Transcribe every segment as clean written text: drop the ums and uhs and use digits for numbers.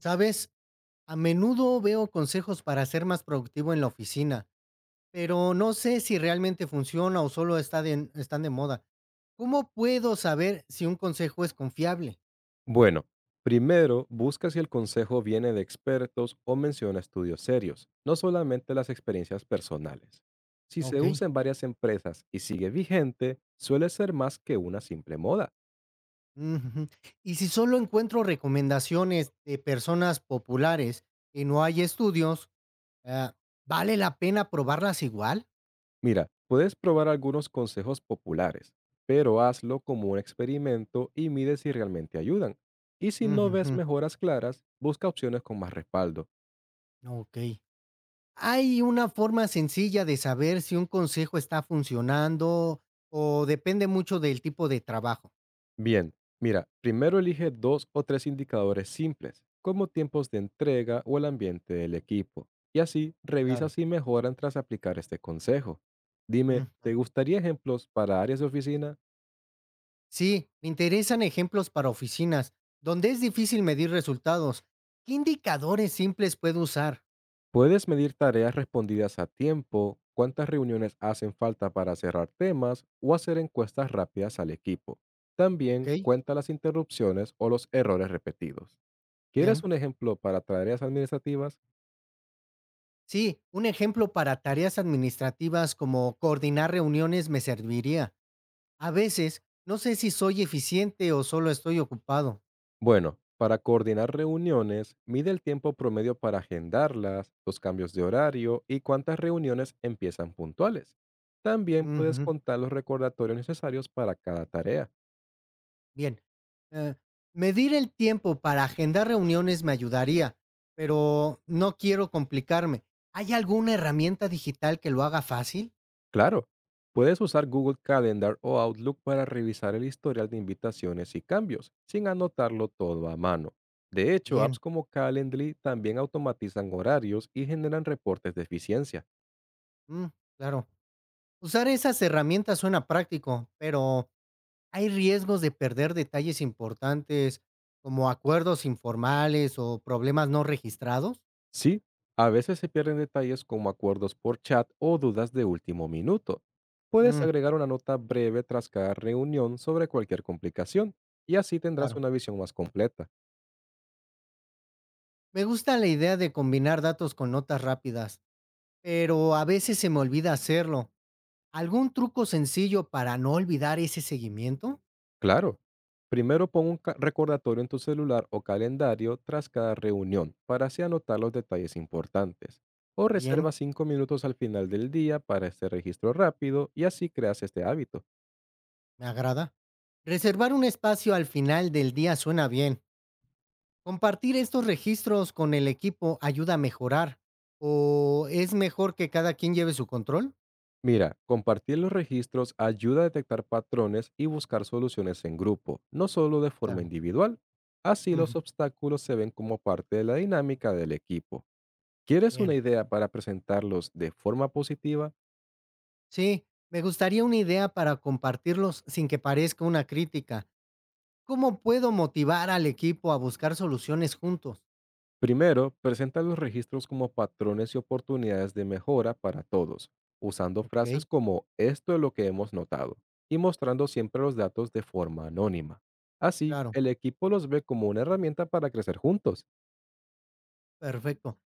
¿Sabes? A menudo veo consejos para ser más productivo en la oficina, pero no sé si realmente funciona o solo están de moda. ¿Cómo puedo saber si un consejo es confiable? Bueno, primero busca si el consejo viene de expertos o menciona estudios serios, no solamente las experiencias personales. Si Ok. se usa en varias empresas y sigue vigente, suele ser más que una simple moda. Ujú. Y si solo encuentro recomendaciones de personas populares y no hay estudios, ah, ¿vale la pena probarlas igual? Mira, puedes probar algunos consejos populares, pero hazlo como un experimento y mide si realmente ayudan. Y si no ves Ujujú. mejoras claras, busca opciones con más respaldo. Ok. ¿Hay una forma sencilla de saber si un consejo está funcionando o depende mucho del tipo de trabajo? Bien, mira, primero elige dos o tres indicadores simples, como tiempos de entrega o el ambiente del equipo, y así revisa Claro. si mejoran tras aplicar este consejo. Dime, Mm. ¿te gustaría ejemplos para áreas de oficina? Sí, me interesan ejemplos para oficinas, donde es difícil medir resultados. ¿Qué indicadores simples puedo usar? ¿Puedes medir tareas respondidas a tiempo? ¿Cuántas reuniones hacen falta para cerrar temas o hacer encuestas rápidas al equipo? Ok, También cuenta las interrupciones o los errores repetidos. ¿Quieres bien. un ejemplo para tareas administrativas? Sí, un ejemplo para tareas administrativas como coordinar reuniones me serviría. A veces, no sé si soy eficiente o solo estoy ocupado. Bueno, para coordinar reuniones, mide el tiempo promedio para agendarlas, los cambios de horario y cuántas reuniones empiezan puntuales. También puedes Ujú. contar los recordatorios necesarios para cada tarea. Bien. Eh, Medir el tiempo para agendar reuniones me ayudaría, pero no quiero complicarme. ¿Hay alguna herramienta digital que lo haga fácil? Claro, puedes usar Google Calendar o Outlook para revisar el historial de invitaciones y cambios, sin anotarlo todo a mano. De hecho, Bien, apps como Calendly también automatizan horarios y generan reportes de eficiencia. mm, claro. Usar esas herramientas suena práctico, pero hay riesgos de perder detalles importantes como acuerdos informales o problemas no registrados. Sí, a veces se pierden detalles como acuerdos por chat o dudas de último minuto. Puedes Mm, agregar una nota breve tras cada reunión sobre cualquier complicación y así tendrás claro. una visión más completa. Me gusta la idea de combinar datos con notas rápidas, pero a veces se me olvida hacerlo. ¿Algún truco sencillo para no olvidar ese seguimiento? Claro, primero pon un recordatorio en tu celular o calendario tras cada reunión para así anotar los detalles importantes. O Bien, reserva 5 minutos al final del día para este registro rápido y así creas este hábito. me agrada. Reservar un espacio al final del día suena bien. Compartir estos registros con el equipo ayuda a mejorar. ¿O es mejor que cada quien lleve su control? Mira, compartir los registros ayuda a detectar patrones y buscar soluciones en grupo, no solo de forma Claro. individual. Así Ujú. los obstáculos se ven como parte de la dinámica del equipo. ¿Quieres una Bien. idea para presentarlos de forma positiva? Sí, me gustaría una idea para compartirlos sin que parezca una crítica. ¿Cómo puedo motivar al equipo a buscar soluciones juntos? Primero, presenta los registros como patrones y oportunidades de mejora para todos, usando Ok, frases como esto es lo que hemos notado y mostrando siempre los datos de forma anónima. Así, claro, el equipo los ve como una herramienta para crecer juntos. perfecto.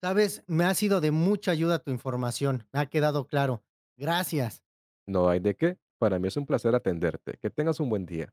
Sabes, me ha sido de mucha ayuda tu información, me ha quedado claro. Gracias. No hay de qué. Para mí es un placer atenderte. Que tengas un buen día.